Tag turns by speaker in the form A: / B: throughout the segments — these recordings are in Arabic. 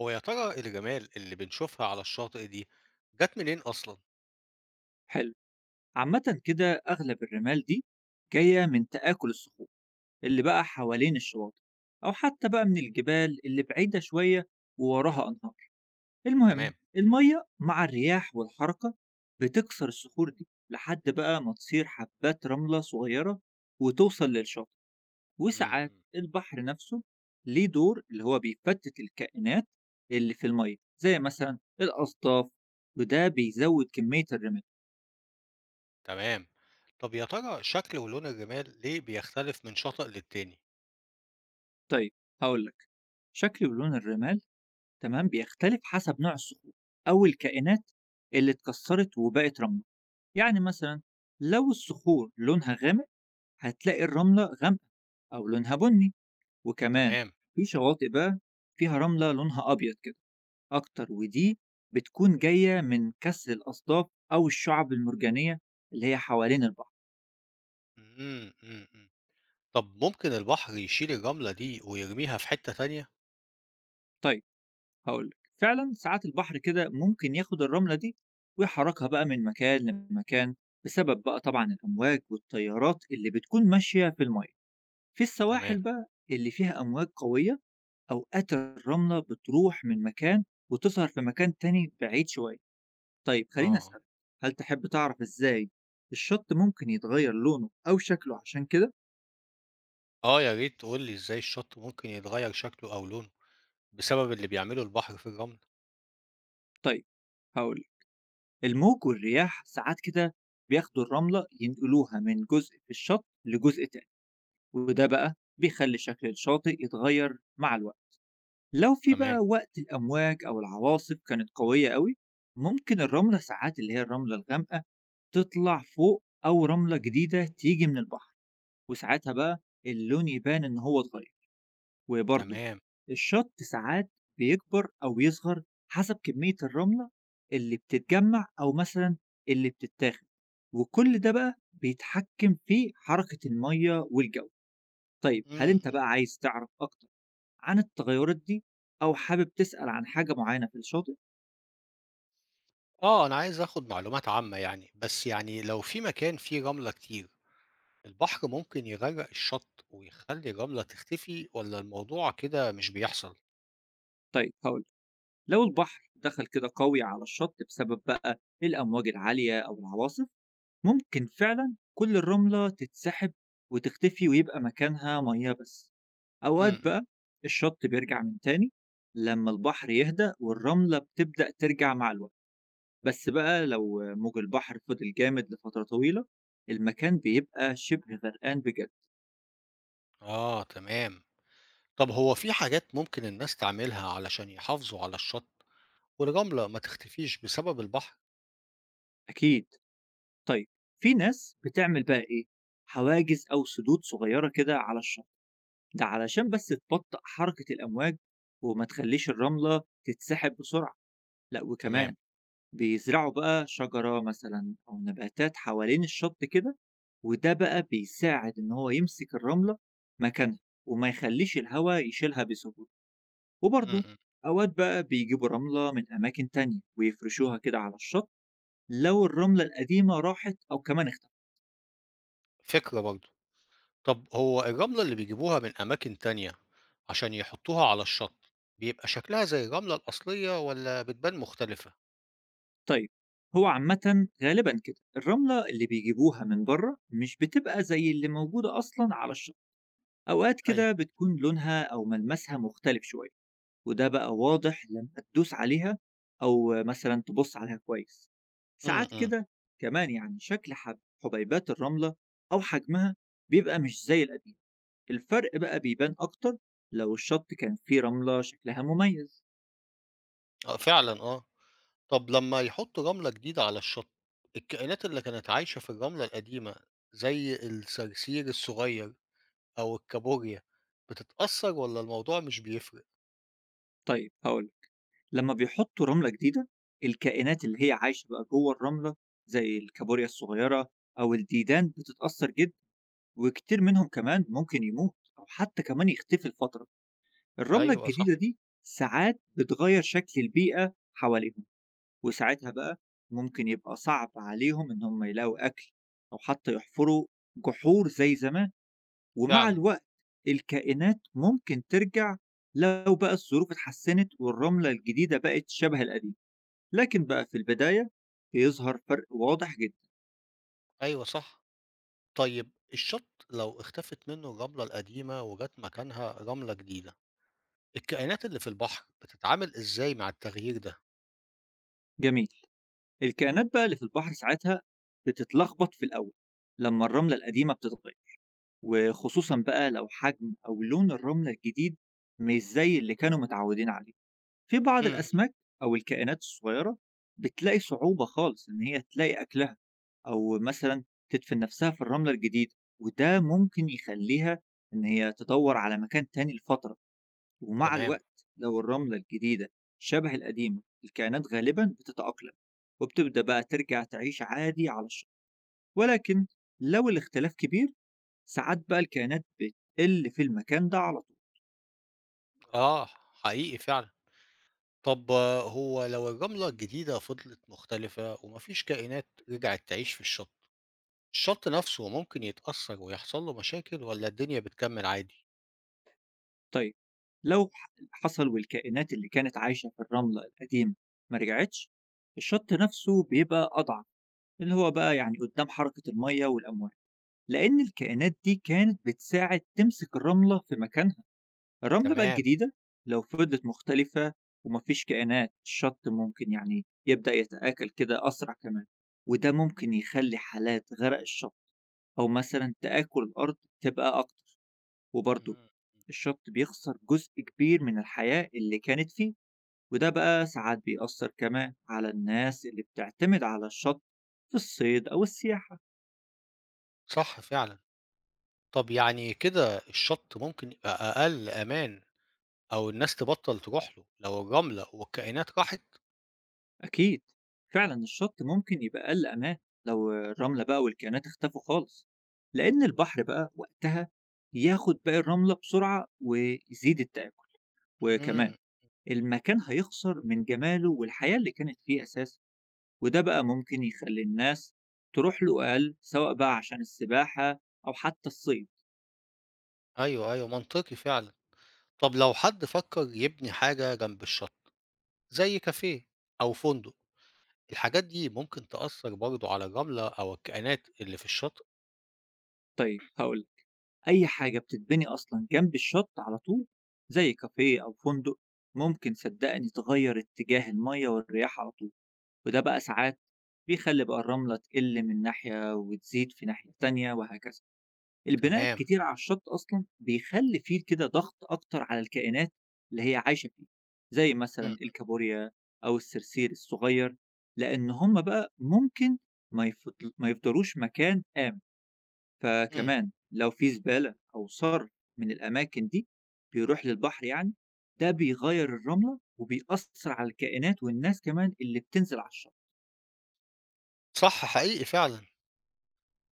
A: هو يا ترى الرمال اللي بنشوفها على الشاطئ دي جت منين أصلا؟
B: حلو. عامة كده أغلب الرمال دي جاية من تآكل الصخور اللي بقى حوالين الشواطئ، أو حتى بقى من الجبال اللي بعيدة شوية ووراها أنهار. المهم
A: تمام.
B: المية مع الرياح والحركة بتكسر الصخور دي لحد بقى ما تصير حبات رملة صغيرة وتوصل للشاطئ. وساعات
A: أمم،
B: البحر نفسه ليه دور اللي هو بيفتت الكائنات اللي في المية، زي مثلا الأصداف، وده بيزود كمية الرمال.
A: تمام. طب يا ترى شكل ولون الرمال ليه بيختلف من شاطئ للتاني؟
B: طيب، هقولك. شكل ولون الرمال تمام بيختلف حسب نوع الصخور أو الكائنات اللي اتكسرت وبقت رملة. يعني مثلا لو الصخور لونها غامق هتلاقي الرملة غامقة أو لونها بني. وكمان
A: تمام.
B: في شواطئ بقى فيها رملة لونها أبيض كده أكتر، ودي بتكون جاية من كسر الأصداف أو الشعب المرجانية اللي هي حوالين البحر.
A: أمم، أمم. طب ممكن البحر يشيل الرملة دي ويرميها في حتة تانية؟
B: طيب، هقولك. فعلا ساعات البحر كده ممكن ياخد الرملة دي ويحركها بقى من مكان لمكان، بسبب بقى طبعا الأمواج والتيارات اللي بتكون ماشية في المية. في
A: تمام.
B: السواحل بقى اللي فيها أمواج قوية، أوقات الرملة بتروح من مكان وتظهر في مكان تاني بعيد شوية. طيب، خليني
A: اه،
B: أسألك، هل تحب تعرف إزاي الشط ممكن يتغير لونه أو شكله عشان كده؟
A: اه، يا ريت تقول لي ازاي الشط ممكن يتغير شكله أو لونه بسبب اللي بيعمله البحر في الرمل.
B: طيب، هقولك. الموج والرياح ساعات كده بياخدوا الرملة ينقلوها من جزء في الشط لجزء تاني، وده بقى بيخلي شكل الشاطئ يتغير مع الوقت. لو في
A: تمام.
B: بقى وقت الأمواج أو العواصف كانت قوية قوي، ممكن الرملة ساعات اللي هي الرملة الغامقة تطلع فوق، أو رملة جديدة تيجي من البحر، وساعتها بقى اللون يبان إن هو اتغير. وبرضه
A: تمام.
B: الشط ساعات بيكبر أو يصغر حسب كمية الرملة اللي بتتجمع، أو مثلا اللي بتتاخد، وكل ده بقى بيتحكم في حركة المية والجو. طيب، هل أنت
A: أمم.
B: بقى عايز تعرف أكتر عن التغيرات دي، أو حابب تسأل عن حاجة معينة في الشاطئ؟
A: اه، انا عايز اخد معلومات عامة، يعني بس يعني لو في مكان فيه رملة كتير البحر ممكن يغرق الشط ويخلي الرملة تختفي ولا الموضوع كده مش بيحصل؟
B: طيب، هقول. لو البحر دخل كده قوي على الشط بسبب بقى الأمواج العالية أو العواصف، ممكن فعلا كل الرملة تتسحب وتختفي ويبقى مكانها مياه بس. أوقات
A: امم،
B: بقى الشط بيرجع من تاني لما البحر يهدأ والرملة بتبدأ ترجع مع الوقت. بس بقى لو موج البحر فضل جامد لفترة طويلة، المكان بيبقى شبه غرقان بجد.
A: آه، تمام. طب هو في حاجات ممكن الناس تعملها علشان يحافظوا على الشط والرملة ما تختفيش بسبب البحر؟
B: أكيد. طيب، في ناس بتعمل بقى إيه، حواجز أو سدود صغيرة كده على الشط، ده علشان بس تبطئ حركة الأمواج وما تخليش الرملة تتسحب بسرعة. لا،
A: تمام.
B: وكمان بيزرعوا بقى شجرة مثلا أو نباتات حوالين الشط كده، وده بقى بيساعد إن هو يمسك الرملة مكانها وما يخليش الهواء يشيلها بسهولة. وبرضه
A: امم
B: أوقات بقى بيجيبوا رملة من أماكن تانية ويفرشوها كده على الشط، لو الرملة القديمة راحت أو كمان اختفت.
A: فكرة برضو. طب هو الرملة اللي بيجيبوها من أماكن تانية عشان يحطوها على الشط بيبقى شكلها زي الرملة الأصلية ولا بتبان مختلفة؟
B: طيب، هو عامة غالبا كده الرملة اللي بيجيبوها من بره مش بتبقى زي اللي موجودة أصلا على الشط. أوقات
A: أيوة.
B: كده بتكون لونها أو ملمسها مختلف شوية، وده بقى واضح لما تدوس عليها أو مثلا تبص عليها كويس. ساعات
A: امم،
B: كده كمان يعني شكل حبيبات الرملة أو حجمها بيبقى مش زي القديم. الفرق بقى بيبان أكتر لو الشط كان فيه رملة شكلها مميز.
A: آه، فعلا، آه. طب لمّا يحطّوا رملة جديدة على الشط، الكائنات اللي كانت عايشة في الرملة القديمة زي الصرصير الصغير أو الكابوريا بتتأثّر والّا الموضوع مش بيفرق؟
B: طيب، هقول. لما بيحطوا رملة جديدة، الكائنات اللي هي عايشة بقى جوه الرملة، زي الكابوريا الصغيرة أو الديدان، بتتأثر جدا، وكتير منهم كمان ممكن يموت أو حتى كمان يختفي لفترة. الرملة
A: أيوه صح،
B: الجديدة دي ساعات بتغير شكل البيئة حواليهم، وساعتها بقى ممكن يبقى صعب عليهم إن هم يلاقوا أكل أو حتى يحفروا جحور زي زمان. ومع
A: فعلًا،
B: الوقت الكائنات ممكن ترجع لو بقى الظروف اتحسنت والرملة الجديدة بقت شبه القديمة، لكن بقى في البداية بيظهر فرق واضح جدا.
A: أيوه صح. طيب الشط لو اختفت منّه الرملة القديمة وجات مكانها رملة جديدة، الكائنات اللي في البحر بتتعامل إزاي مع التغيير ده؟
B: جميل. الكائنات بقى اللي في البحر ساعتها بتتلخبط في الأول لما الرملة القديمة بتتغير، وخصوصا بقى لو حجم أو لون الرملة الجديد مش زي اللي كانوا متعودين عليه. في بعض
A: إمم،
B: الأسماك أو الكائنات الصغيرة بتلاقي صعوبة خالص إن هي تلاقي أكلها، أو مثلا تدفن نفسها في الرملة الجديدة، وده ممكن يخليها إن هي تدور على مكان تاني لفترة. ومع
A: تمام.
B: الوقت لو الرملة الجديدة شبه القديمة، الكائنات غالبا بتتأقلم وبتبدأ بقى ترجع تعيش عادي على الشط. ولكن لو الاختلاف كبير، ساعات بقى الكائنات بتقل في المكان ده على طول.
A: آه، حقيقي فعلًا. طب هو لو الرملة الجديدة فضلت مختلفة وما فيش كائنات رجعت تعيش في الشط نفسه ممكن يتأثّر ويحصل له مشاكل والّا الدنيا بتكمّل عادي؟
B: طيب، لو حصل والكائنات اللي كانت عايشة في الرملة القديمة ما رجعتش، الشط نفسه بيبقى أضعف، اللي هو بقى يعني قدام حركة المية والأمواج، لأن الكائنات دي كانت بتساعد تمسك الرملة في مكانها. الرملة بقى
A: تمام.
B: الجديدة لو فضلت مختلفة ومفيش كائنات، الشط ممكن يعني يبدأ يتآكل كده أسرع كمان، وده ممكن يخلي حالات غرق الشط أو مثلا تآكل الأرض تبقى أكتر. وبرضه
A: إمم.
B: الشط بيخسر جزء كبير من الحياة اللي كانت فيه، وده بقى ساعات بيأثر كمان على الناس اللي بتعتمد على الشط في الصيد أو السياحة.
A: صح فعلًا. طب يعني كده الشط ممكن يبقى أقل أمان أو الناس تبطّل تروح له لو الرملة والكائنات راحت؟
B: أكيد. فعلا الشط ممكن يبقى أقل أمان لو الرملة بقى والكائنات اختفوا خالص، لأن البحر بقى وقتها ياخد باقي الرملة بسرعة ويزيد التآكل. وكمان
A: إمم.
B: المكان هيخسر من جماله والحياة اللي كانت فيه أساسا، وده بقى ممكن يخلي الناس تروح له أقل، سواء بقى عشان السباحة أو حتى الصيد.
A: أيوه، أيوه، منطقي فعلًا. طب لو حد فكّر يبني حاجة جنب الشط زي كافيه أو فندق، الحاجات دي ممكن تأثّر برضه على الرملة أو الكائنات اللي في الشاطئ؟
B: طيب، هقول. أي حاجة بتتبني أصلًا جنب الشط على طول، زي كافيه أو فندق، ممكن صدّقني تغيّر اتجاه المَيّة والرياح على طول، وده بقى ساعات بيخلّي بقى الرملة تقِل من ناحية وتزيد في ناحية تانية وهكذا. البناء
A: تمام.
B: الكتير على الشط أصلًا بيخلّي فيه كده ضغط أكتر على الكائنات اللي هي عايشة فيه، زي
A: إمم،
B: مثلًا الكابوريا أو الصرصير الصغير، لإن هم بقى ممكن ما يفضلوش مكان آمن.
A: إمم.
B: فكمان لو في زبالة أو صرف من الأماكن دي بيروح للبحر، يعني ده بيغير الرملة وبيأثر على الكائنات والناس كمان اللي بتنزل على الشط.
A: صح حقيقي فعلًا.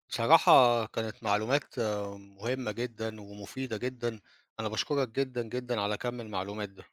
A: بصراحة كانت معلومات مهمة جدًا ومفيدة جدًا، أنا باشكرك جدًا، جدًا على كم المعلومات ده.